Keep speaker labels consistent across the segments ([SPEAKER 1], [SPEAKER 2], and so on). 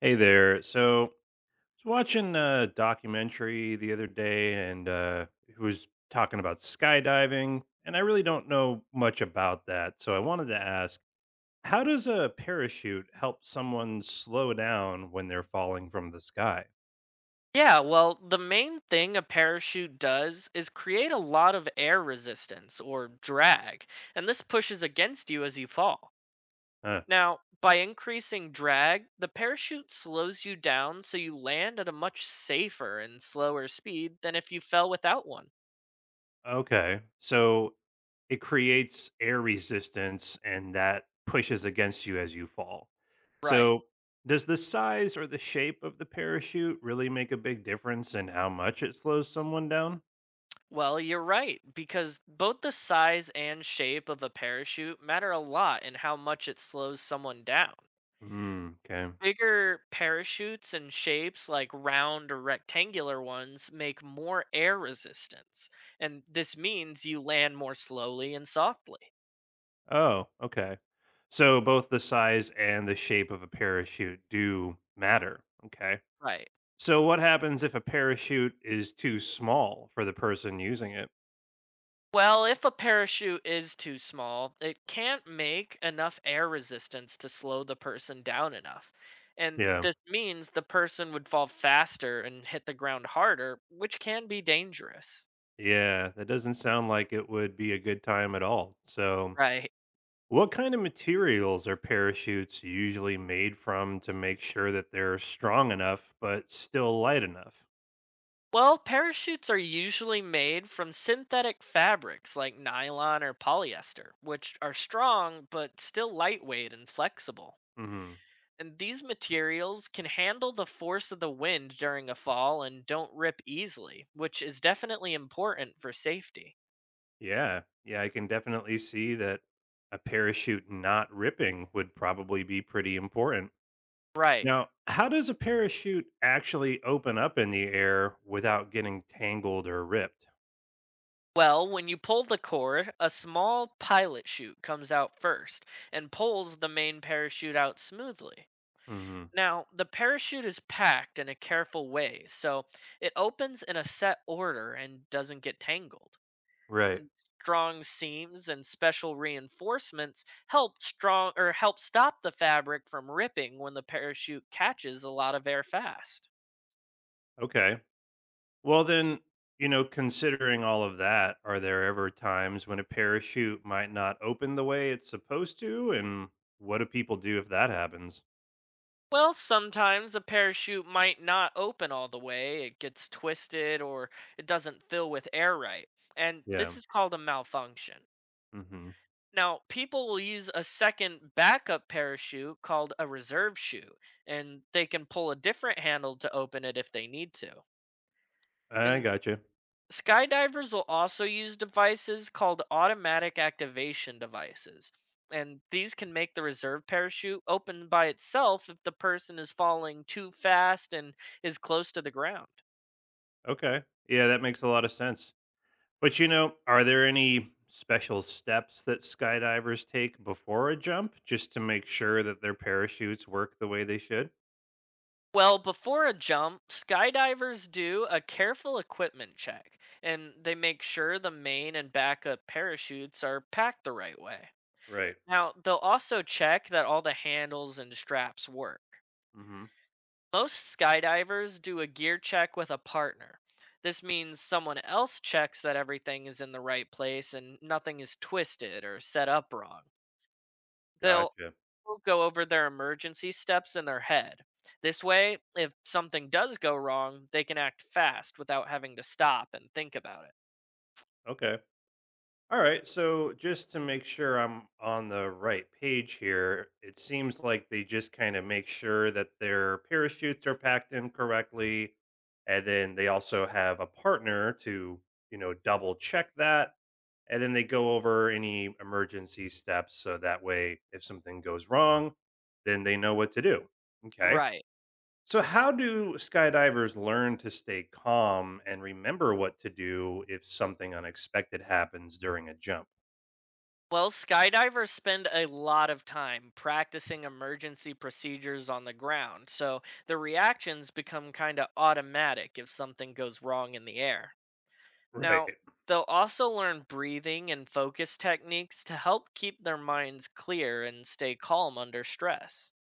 [SPEAKER 1] Hey there. So I was watching a documentary the other day and it was talking about skydiving and I really don't know much about that. So I wanted to ask, how does a parachute help someone slow down when they're falling from the sky?
[SPEAKER 2] Yeah, well, the main thing a parachute does is create a lot of air resistance or drag, and this pushes against you as you fall.
[SPEAKER 1] Huh.
[SPEAKER 2] Now, by increasing drag, the parachute slows you down so you land at a much safer and slower speed than if you fell without one.
[SPEAKER 1] Okay. So it creates air resistance and that pushes against you as you fall.
[SPEAKER 2] Right.
[SPEAKER 1] So does the size or the shape of the parachute really make a big difference in how much it slows someone down?
[SPEAKER 2] Well, you're right, because both the size and shape of a parachute matter a lot in how much it slows someone down.
[SPEAKER 1] Hmm. Okay.
[SPEAKER 2] Bigger parachutes and shapes like round or rectangular ones make more air resistance, and this means you land more slowly and softly.
[SPEAKER 1] Oh, okay. So both the size and the shape of a parachute do matter. Okay.
[SPEAKER 2] Right.
[SPEAKER 1] So what happens if a parachute is too small for the person using it?
[SPEAKER 2] Well, if a parachute is too small, it can't make enough air resistance to slow the person down enough. And
[SPEAKER 1] Yeah.
[SPEAKER 2] this means the person would fall faster and hit the ground harder, which can be dangerous.
[SPEAKER 1] Yeah, that doesn't sound like it would be a good time at all. So,
[SPEAKER 2] Right.
[SPEAKER 1] what kind of materials are parachutes usually made from to make sure that they're strong enough but still light enough?
[SPEAKER 2] Well, parachutes are usually made from synthetic fabrics like nylon or polyester, which are strong but still lightweight and flexible.
[SPEAKER 1] Hmm.
[SPEAKER 2] And these materials can handle the force of the wind during a fall and don't rip easily, which is definitely important for safety.
[SPEAKER 1] Yeah, yeah, I can definitely see that a parachute not ripping would probably be pretty important.
[SPEAKER 2] Right.
[SPEAKER 1] Now, how does a parachute actually open up in the air without getting tangled or ripped?
[SPEAKER 2] Well, when you pull the cord, a small pilot chute comes out first and pulls the main parachute out smoothly.
[SPEAKER 1] Hmm.
[SPEAKER 2] Now, the parachute is packed in a careful way, so it opens in a set order and doesn't get tangled.
[SPEAKER 1] Right.
[SPEAKER 2] And strong seams and special reinforcements help strong or help stop the fabric from ripping when the parachute catches a lot of air fast.
[SPEAKER 1] Okay. Well, then, considering all of that, are there ever times when a parachute might not open the way it's supposed to? And what do people do if that happens?
[SPEAKER 2] Well, sometimes a parachute might not open all the way, it gets twisted or it doesn't fill with air right, and
[SPEAKER 1] Yeah.
[SPEAKER 2] this is called a malfunction.
[SPEAKER 1] Hmm.
[SPEAKER 2] Now, people will use a second backup parachute called a reserve chute, and they can pull a different handle to open it if they need to.
[SPEAKER 1] I
[SPEAKER 2] And
[SPEAKER 1] gotcha.
[SPEAKER 2] skydivers will also use devices called automatic activation devices, and these can make the reserve parachute open by itself if the person is falling too fast and is close to the ground.
[SPEAKER 1] Okay. Yeah, that makes a lot of sense. But, are there any special steps that skydivers take before a jump just to make sure that their parachutes work the way they should?
[SPEAKER 2] Well, before a jump, skydivers do a careful equipment check and they make sure the main and backup parachutes are packed the right way.
[SPEAKER 1] Right.
[SPEAKER 2] Now, they'll also check that all the handles and straps work.
[SPEAKER 1] Hmm.
[SPEAKER 2] Most skydivers do a gear check with a partner. This means someone else checks that everything is in the right place and nothing is twisted or set up wrong. They'll
[SPEAKER 1] Gotcha.
[SPEAKER 2] go over their emergency steps in their head. This way, if something does go wrong, they can act fast without having to stop and think about it.
[SPEAKER 1] Okay. All right, so just to make sure I'm on the right page here, it seems like they just kind of make sure that their parachutes are packed in correctly, and then they also have a partner to, double check that, and then they go over any emergency steps so that way if something goes wrong, then they know what to do. Okay.
[SPEAKER 2] Right.
[SPEAKER 1] So how do skydivers learn to stay calm and remember what to do if something unexpected happens during a jump?
[SPEAKER 2] Well, skydivers spend a lot of time practicing emergency procedures on the ground, so the reactions become kind of automatic if something goes wrong in the air. Now,
[SPEAKER 1] Right.
[SPEAKER 2] they'll also learn breathing and focus techniques to help keep their minds clear and stay calm under stress.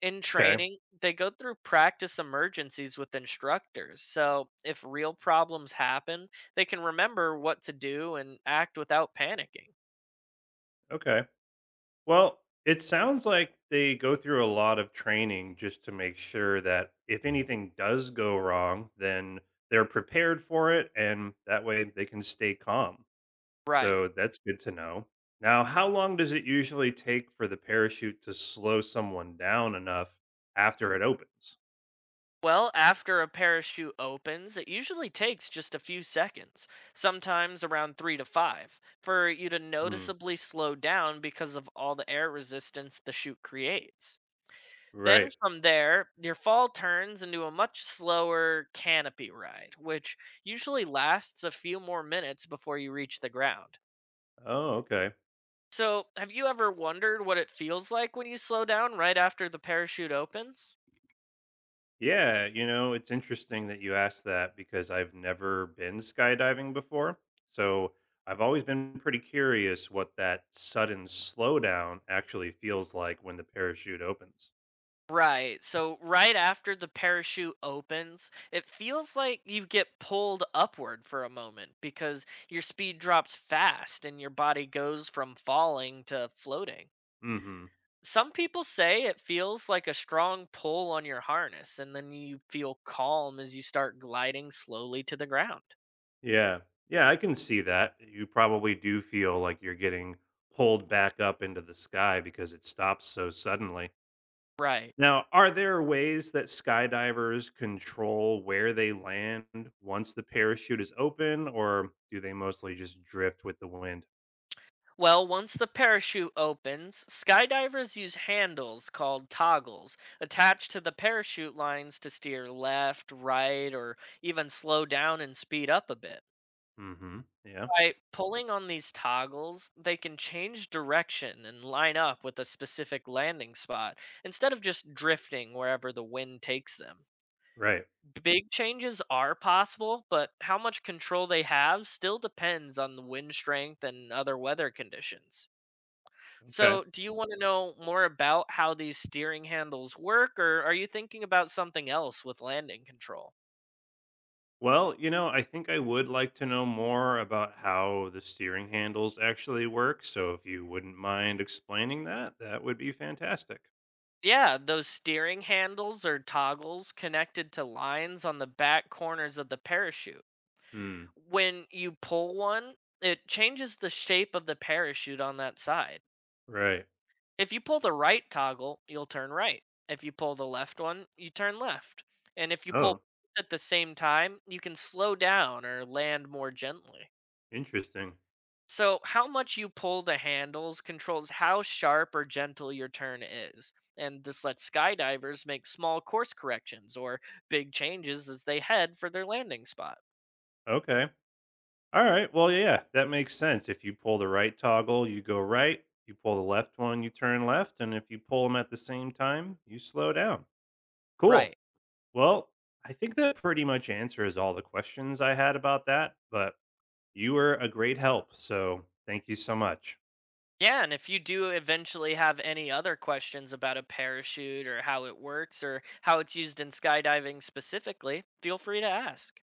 [SPEAKER 2] In
[SPEAKER 1] Okay.
[SPEAKER 2] training, they go through practice emergencies with instructors. So, if real problems happen, they can remember what to do and act without panicking.
[SPEAKER 1] Okay. Well, it sounds like they go through a lot of training just to make sure that if anything does go wrong, then they're prepared for it and that way they can stay calm.
[SPEAKER 2] Right.
[SPEAKER 1] So that's good to know. Now, how long does it usually take for the parachute to slow someone down enough after it opens?
[SPEAKER 2] Well, after a parachute opens, it usually takes just a few seconds, sometimes around three to five, for you to
[SPEAKER 1] Hmm.
[SPEAKER 2] noticeably slow down because of all the air resistance the chute creates. Then
[SPEAKER 1] Right.
[SPEAKER 2] from there, your fall turns into a much slower canopy ride, which usually lasts a few more minutes before you reach the ground.
[SPEAKER 1] Oh, okay.
[SPEAKER 2] So, have you ever wondered what it feels like when you slow down right after the parachute opens?
[SPEAKER 1] Yeah, you know it's interesting that you asked that because I've never been skydiving before. So I've always been pretty curious what that sudden slowdown actually feels like when the parachute opens.
[SPEAKER 2] Right. So, right after the parachute opens, it feels like you get pulled upward for a moment because your speed drops fast and your body goes from falling to floating.
[SPEAKER 1] Hmm.
[SPEAKER 2] Some people say it feels like a strong pull on your harness, and then you feel calm as you start gliding slowly to the ground.
[SPEAKER 1] Yeah. Yeah, I can see that. You probably do feel like you're getting pulled back up into the sky because it stops so suddenly.
[SPEAKER 2] Right.
[SPEAKER 1] Now, are there ways that skydivers control where they land once the parachute is open, or do they mostly just drift with the wind?
[SPEAKER 2] Well, once the parachute opens, skydivers use handles called toggles attached to the parachute lines to steer left, right, or even slow down and speed up a bit.
[SPEAKER 1] Hmm. Yeah.
[SPEAKER 2] By pulling on these toggles, they can change direction and line up with a specific landing spot instead of just drifting wherever the wind takes them.
[SPEAKER 1] Right.
[SPEAKER 2] Big changes are possible, but how much control they have still depends on the wind strength and other weather conditions.
[SPEAKER 1] Okay.
[SPEAKER 2] So, do you want to know more about how these steering handles work, or are you thinking about something else with landing control?
[SPEAKER 1] Well, I think I would like to know more about how the steering handles actually work. So if you wouldn't mind explaining that, that would be fantastic.
[SPEAKER 2] Yeah, those steering handles are toggles connected to lines on the back corners of the parachute.
[SPEAKER 1] Hmm.
[SPEAKER 2] When you pull one, it changes the shape of the parachute on that side.
[SPEAKER 1] Right.
[SPEAKER 2] If you pull the right toggle, you'll turn right. If you pull the left one, you turn left. And if you pull
[SPEAKER 1] Oh,
[SPEAKER 2] both at the same time, you can slow down or land more gently.
[SPEAKER 1] interesting.
[SPEAKER 2] So, how much you pull the handles controls how sharp or gentle your turn is. And this lets skydivers make small course corrections or big changes as they head for their landing spot.
[SPEAKER 1] Okay. Alright, well, yeah, that makes sense. If you pull the right toggle, you go right. You pull the left one, you turn left, and if you pull them at the same time, you slow down. Cool.
[SPEAKER 2] Right.
[SPEAKER 1] Well, I think that pretty much answers all the questions I had about that, but you were a great help, so thank you so much.
[SPEAKER 2] Yeah, and if you do eventually have any other questions about a parachute or how it works or how it's used in skydiving specifically, feel free to ask.